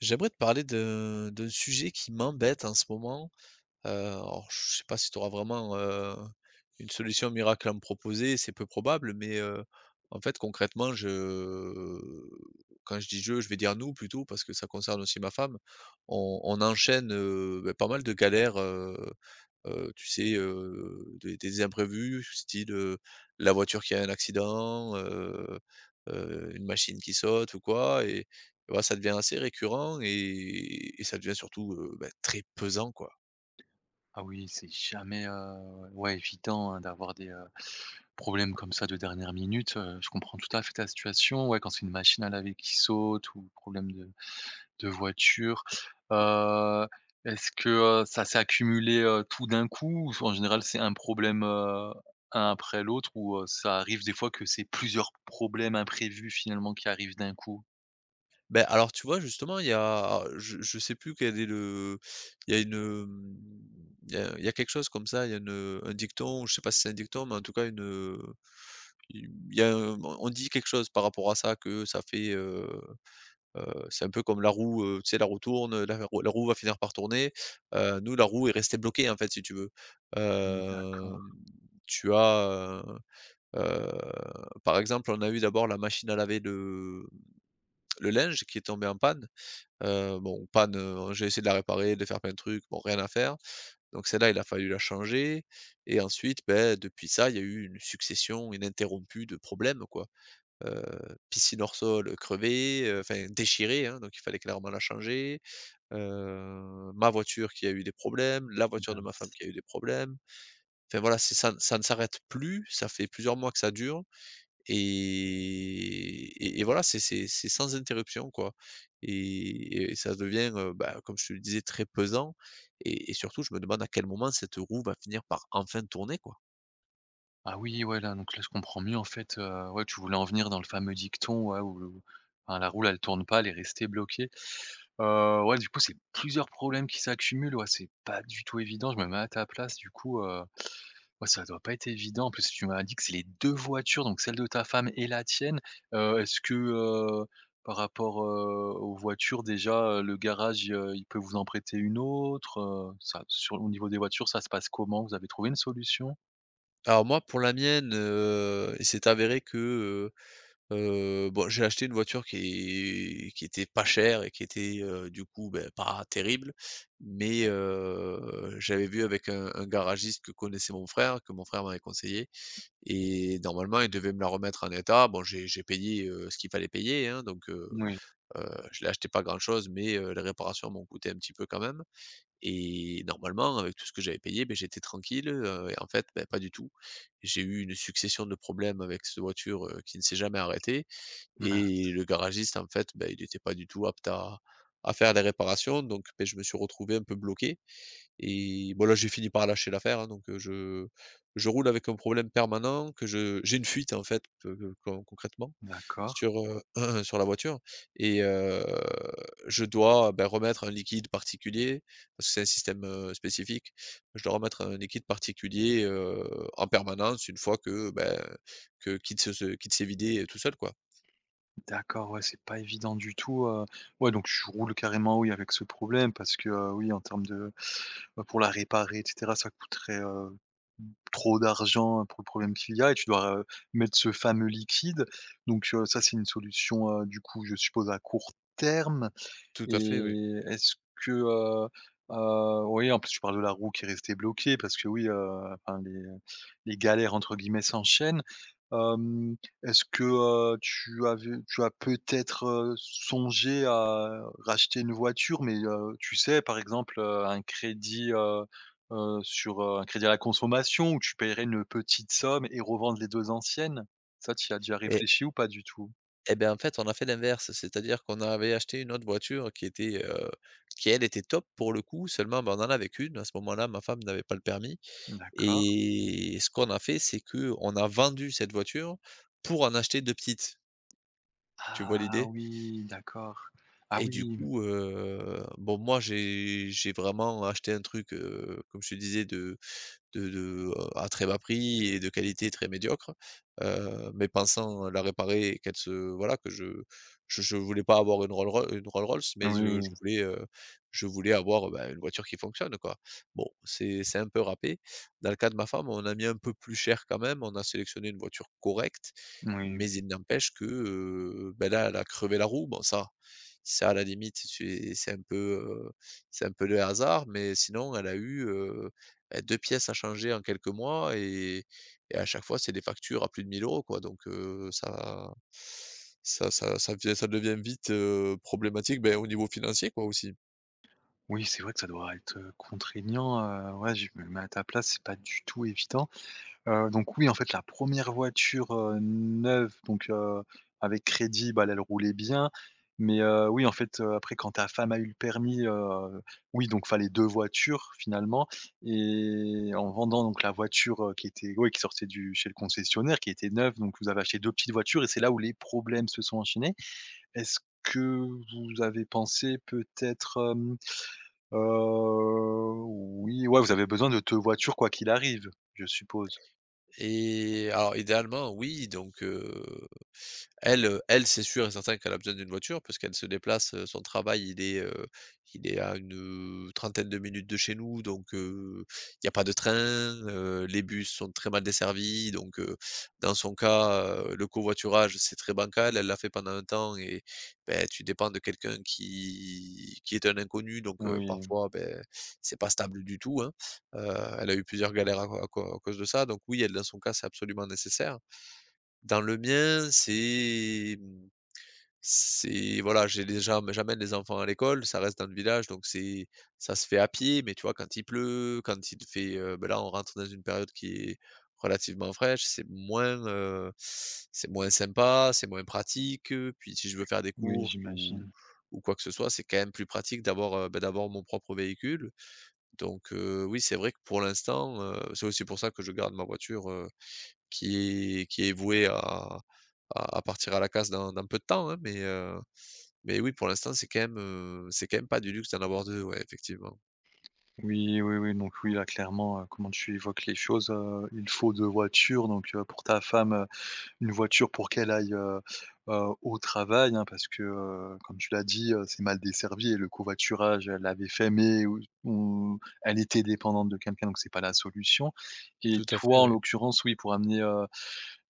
J'aimerais te parler d'un sujet qui m'embête en ce moment. Alors je sais pas si tu auras vraiment, une solution miracle à me proposer, c'est peu probable, mais, en fait concrètement je quand je dis je vais dire «nous» plutôt parce que ça concerne aussi ma femme. On enchaîne, bah, pas mal de galères, tu sais, des imprévus, style, la voiture qui a un accident, une machine qui saute ou quoi, et voilà, ça devient assez récurrent, et ça devient surtout, bah, très pesant, quoi. Ah oui, c'est jamais, ouais, évident, hein, d'avoir des problèmes comme ça de dernière minute, je comprends tout à fait ta situation. Ouais, quand c'est une machine à laver qui saute ou problème de voiture. Heu, est-ce que, ça s'est accumulé, tout d'un coup ou en général c'est un problème, un après l'autre ou, ça arrive des fois que c'est plusieurs problèmes imprévus finalement qui arrivent d'un coup? Ben alors, tu vois, justement, il y a je sais plus quel est le il y a une, hem, il y a quelque chose comme ça, il y a une, un dicton, je sais pas si c'est un dicton, mais en tout cas il y a un on dit quelque chose par rapport à ça que ça fait, c'est un peu comme la roue, tu sais la roue tourne, la roue va finir par tourner. Nous, la roue est restée bloquée en fait, si tu veux. Mmh, Hem, d'accord. tu as, heu heu, Par exemple, on a eu d'abord la machine à laver le linge qui est tombée en panne. Bon panne, j'ai essayé de la réparer, de faire plein de trucs, bon rien à faire. Donc celle-là, il a fallu la changer. Et ensuite, ben, depuis ça, il y a eu une succession ininterrompue de problèmes, quoi. Piscine hors sol, crevée, enfin déchirée, hein, donc il fallait clairement la changer, ma voiture qui a eu des problèmes, la voiture de ma femme qui a eu des problèmes. Enfin voilà, c'est ça ne s'arrête plus, ça fait plusieurs mois que ça dure, et voilà, c'est sans interruption, quoi. Et ça devient, bah, comme je te le disais, très pesant. Et surtout je me demande à quel moment cette roue va finir par enfin tourner, quoi. Ah oui, ouais, là, donc là, je comprends mieux en fait, ouais, tu voulais en venir dans le fameux dicton, ouais, où le enfin, la roue, elle tourne pas, elle est restée bloquée. Ouais, du coup, c'est plusieurs problèmes qui s'accumulent, ouais, c'est pas du tout évident, je me mets à ta place, du coup, ouais, ça doit pas être évident. En plus, tu m'as dit que c'est les 2 voitures, donc celle de ta femme et la tienne. Est-ce que, par rapport, aux voitures déjà, le garage, il peut vous en prêter une autre, ça sur au niveau des voitures, ça se passe comment? Vous avez trouvé une solution? Alors moi, pour la mienne, il s'est avéré que, bon, j'ai acheté une voiture qui était pas chère et qui était, du coup, beh, pas terrible, mais j'avais vu avec un garagiste que connaissait mon frère, que mon frère m'avait conseillé, et normalement, il devait me la remettre en état. Bon, j'ai payé, ce qu'il fallait payer, hein, donc Oui. heu, je l'ai acheté pas grand-chose, mais les réparations m'ont coûté un petit peu quand même, et normalement, avec tout ce que j'avais payé, beh, j'étais tranquille, et en fait, beh, pas du tout. J'ai eu une succession de problèmes avec cette voiture, qui ne s'est jamais arrêtée, et le garagiste, en fait, ben, il n'était pas du tout apte à faire les réparations, donc ben, je me suis retrouvé un peu bloqué, et bon là, j'ai fini par lâcher l'affaire, hein, donc je roule avec un problème permanent, que je j'ai une fuite, en fait, que con concrètement D'accord, sur, sur la voiture, et je dois, ben, remettre un liquide particulier parce que c'est un système, spécifique. Je dois remettre un liquide particulier, en permanence, une fois que, ben, que qu'il se se qu'il s'est vidé tout seul, quoi. d'accord, ouais, c'est pas évident du tout, ouais, donc je roule carrément, oui, avec ce problème parce que, oui, en termes de bah, pour la réparer et cetera, ça coûterait, trop d'argent pour le problème qu'il y a et tu dois, mettre ce fameux liquide donc ça, c'est une solution, du coup, je suppose à court terme? Tout à fait, oui. Et est-ce que, oui, en plus, tu parles de la roue qui est restée bloquée parce que oui, enfin les «galères» entre guillemets s'enchaînent. Hem, est-ce que, tu as peut-être, songé à racheter une voiture? Mais, tu sais, par exemple, un crédit, sur, un crédit à la consommation où tu paierais une petite somme et revendre les 2 anciennes? Ça, tu y as déjà Et réfléchi ou pas du tout? et ben, en fait, on a fait l'inverse, c'est-à-dire qu'on avait acheté une autre voiture qui elle était top pour le coup. Seulement, ben, on en avait qu'1. À ce moment-là, ma femme n'avait pas le permis, D'accord. et ce qu'on a fait, c'est que on a vendu cette voiture pour en acheter 2 petites. Tu vois Ah l'idée? oui, d'accord. Ah Et du oui, coup, bon moi j'ai vraiment acheté un truc, comme je te disais de de, à très bas prix et de qualité très médiocre, mais pensant la réparer et qu'elle se voilà, que je voulais pas avoir une Rolls Royce, mais je oui, je voulais, je voulais avoir, bah, une voiture qui fonctionne, quoi. Bon, c'est un peu râpé. Dans le cas de ma femme, on a mis un peu plus cher quand même, on a sélectionné une voiture correcte, oui, mais il n'empêche que, bah, là, elle a crevé la roue. Bon ça à la limite, heu, c'est un peu le hasard, mais sinon elle a eu, deux pièces à changer en quelques mois, et à chaque fois, c'est des factures à plus de 1000 €, quoi. Donc ça devient vite, problématique, ben au niveau financier quoi, aussi. oui, c'est vrai que ça doit être, contraignant, ouais, je me mets à ta place, c'est pas du tout évident. Donc oui, en fait, la première voiture, neuve, donc avec crédit, bah, là, elle roulait bien. Mais oui, en fait, après quand ta femme a eu le permis, oui, donc fallait 2 voitures finalement et en vendant donc la voiture, qui était ouais, qui sortait du chez le concessionnaire, qui était neuve, donc vous avez acheté 2 petites voitures et c'est là où les problèmes se sont enchaînés. Est-ce que vous avez pensé peut-être, hem, heu, oui, ouais, vous avez besoin de 2 voitures quoi qu'il arrive, je suppose? Et alors idéalement oui, donc Elle, c'est sûr et certain qu'elle a besoin d'une voiture parce qu'elle se déplace, son travail, il est à une trentaine de minutes de chez nous, donc il n'y a pas de train, les bus sont très mal desservis, donc dans son cas, le covoiturage, c'est très bancal. Elle l'a fait pendant un temps, et beh, tu dépends de quelqu'un qui est un inconnu, donc Oui, parfois, beh, c'est pas stable du tout, hein. Heu, Elle a eu plusieurs galères à cause de ça, donc oui, elle, dans son cas, c'est absolument nécessaire. Dans le mien, c'est, mmh, c'est voilà, j'ai déjà mais j'emmène les enfants à l'école, ça reste dans le village, donc c'est ça se fait à pied, mais tu vois, quand il pleut, quand il fait, bah, là, on rentre dans une période qui est relativement fraîche, c'est moins sympa, c'est moins pratique, puis si je veux faire des oui, courses ou j'imagine. Quoi que ce soit, c'est quand même plus pratique d'avoir, bah, d'avoir mon propre véhicule, donc oui, c'est vrai que pour l'instant, c'est aussi pour ça que je garde ma voiture, qui est voué à partir à la casse dans peu de temps, hein, mais oui, pour l'instant, c'est quand même pas du luxe d'en avoir deux, ouais, effectivement. Oui, oui, oui, donc oui, là, clairement, comment tu évoques les choses, il faut 2 voitures donc pour ta femme, heu. Une voiture pour qu'elle aille, au travail, hein, parce que, comme tu l'as dit, c'est mal desservi et le covoiturage, elle l'avait fait, mais ou elle était dépendante de quelqu'un, donc c'est pas la solution et Tout à fait, toi, en oui. l'occurrence, oui, pour amener,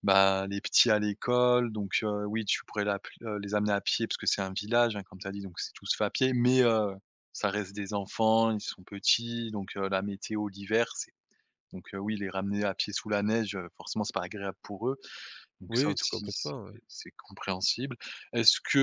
bah, les petits à l'école, donc oui, tu pourrais l'app les amener à pied parce que c'est un village, hein, comme tu as dit, donc c'est tout se fait à pied, mais ça reste des enfants, ils sont petits, donc la météo, l'hiver, c'est donc oui, les ramener à pied sous la neige, forcément, c'est pas agréable pour eux donc ça Oui, tout aussi, c'est complètement, ouais. c'est compréhensible. Est-ce que,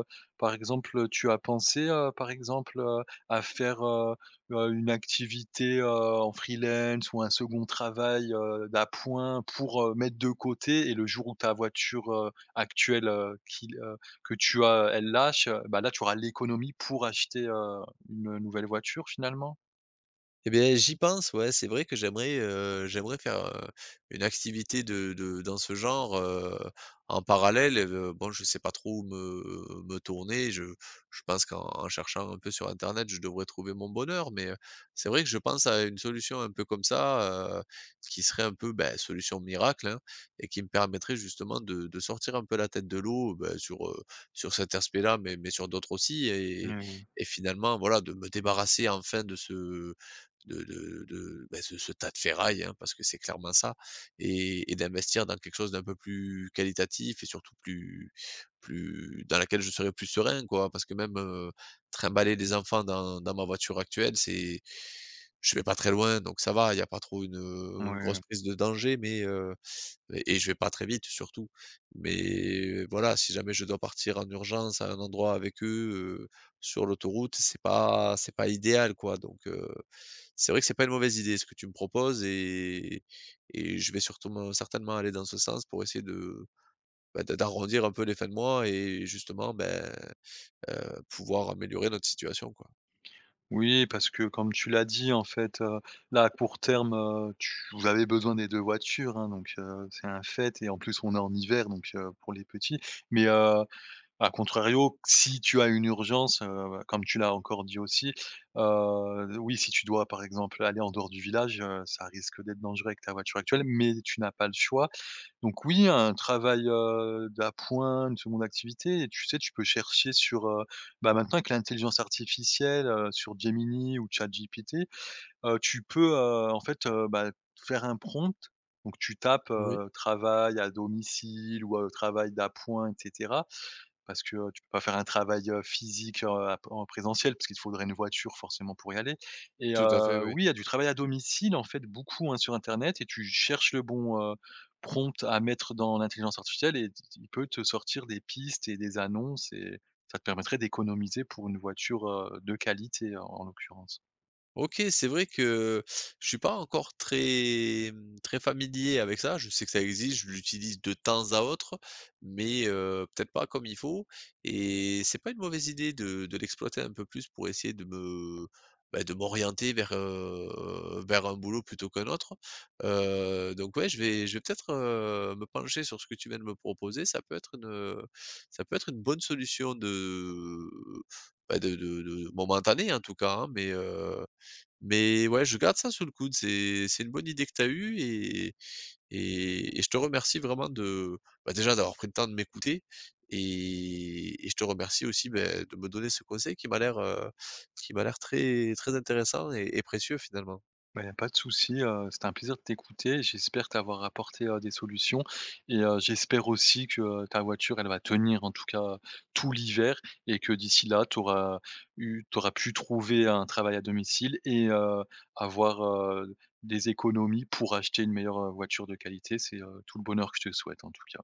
heu, par exemple, tu as pensé, par exemple, à faire, une activité, en freelance ou un second travail, d'appoint pour, mettre de côté et le jour où ta voiture, actuelle, qu'il que tu as, elle lâche, bah, là, tu auras l'économie pour acheter, une nouvelle voiture finalement? Eh bien j'y pense, ouais, c'est vrai que j'aimerais faire, une activité de dans ce genre, en parallèle, bon, je sais pas trop où me tourner. Je pense qu'en cherchant un peu sur internet, je devrais trouver mon bonheur, mais, c'est vrai que je pense à une solution un peu comme ça, qui serait un peu, beh, solution miracle, hein, et qui me permettrait justement de sortir un peu la tête de l'eau, bah, sur cet aspect-là, mais sur d'autres aussi, Oui, et oui. et finalement, voilà, de me débarrasser enfin de ce de, bah, ce ce tas de ferraille, hein, parce que c'est clairement ça, et d'investir dans quelque chose d'un peu plus qualitatif, et surtout plus dans laquelle je serai plus serein, quoi. Parce que même, trimballer des enfants dans ma voiture actuelle, c'est je vais pas très loin, donc ça va, il y a pas trop Oui, une grosse oui. prise de danger, mais, et je vais pas très vite, surtout. Mais voilà, si jamais je dois partir en urgence à un endroit avec eux, sur l'autoroute, c'est pas idéal, quoi. Donc, c'est vrai que c'est pas une mauvaise idée ce que tu me proposes, et je vais surtout certainement aller dans ce sens pour essayer bah, d'arrondir un peu les fins de mois, et justement, ben, pouvoir améliorer notre situation, quoi. Oui, parce que comme tu l'as dit, en fait, là, à court terme, tu vous avez besoin des 2 voitures, hein, donc c'est un fait et en plus, on est en hiver, donc pour les petits. Mais à contrario, si tu as une urgence, comme tu l'as encore dit aussi, oui, si tu dois, par exemple, aller en dehors du village, ça risque d'être dangereux avec ta voiture actuelle, mais tu n'as pas le choix. Donc oui, un travail, d'appoint, une seconde activité et tu sais, tu peux chercher sur, bah, maintenant avec l'intelligence artificielle, sur Gemini ou ChatGPT, tu peux, en fait, bah, faire un prompt. Donc tu tapes, Oui, travail à domicile ou, travail d'appoint etc. Parce que, tu peux pas faire un travail, physique, à en présentiel, parce qu'il te faudrait une voiture forcément pour y aller et tout à fait, oui. oui, il y a du travail à domicile, en fait, beaucoup, hein, sur internet et tu cherches le bon, prompt à mettre dans l'intelligence artificielle et t il peut te sortir des pistes et des annonces et ça te permettrait d'économiser pour une voiture, de qualité, en en l'occurrence. OK, c'est vrai que je suis pas encore très familier avec ça. Je sais que ça existe, je l'utilise de temps à autre, mais peut-être pas comme il faut, et c'est pas une mauvaise idée de l'exploiter un peu plus pour essayer bah, de m'orienter vers, vers un boulot plutôt qu'un autre. Donc ouais, je vais peut-être, me pencher sur ce que tu viens de me proposer. Ça peut être une bonne solution bah, de momentanée en tout cas, hein, mais ouais, je garde ça sous le coude. C'est une bonne idée que tu as eue, et je te remercie vraiment bah, déjà d'avoir pris le temps de m'écouter, et je te remercie aussi, beh, de me donner ce conseil qui m'a l'air très très intéressant, et précieux finalement. Bah, il n'y a pas de souci, c'était un plaisir de t'écouter. J'espère t'avoir apporté, des solutions et j'espère aussi que, ta voiture, elle va tenir en tout cas tout l'hiver et que d'ici là, tu auras eu t'auras pu trouver un travail à domicile et avoir, des économies pour acheter une meilleure, voiture de qualité. C'est, tout le bonheur que je te souhaite en tout cas.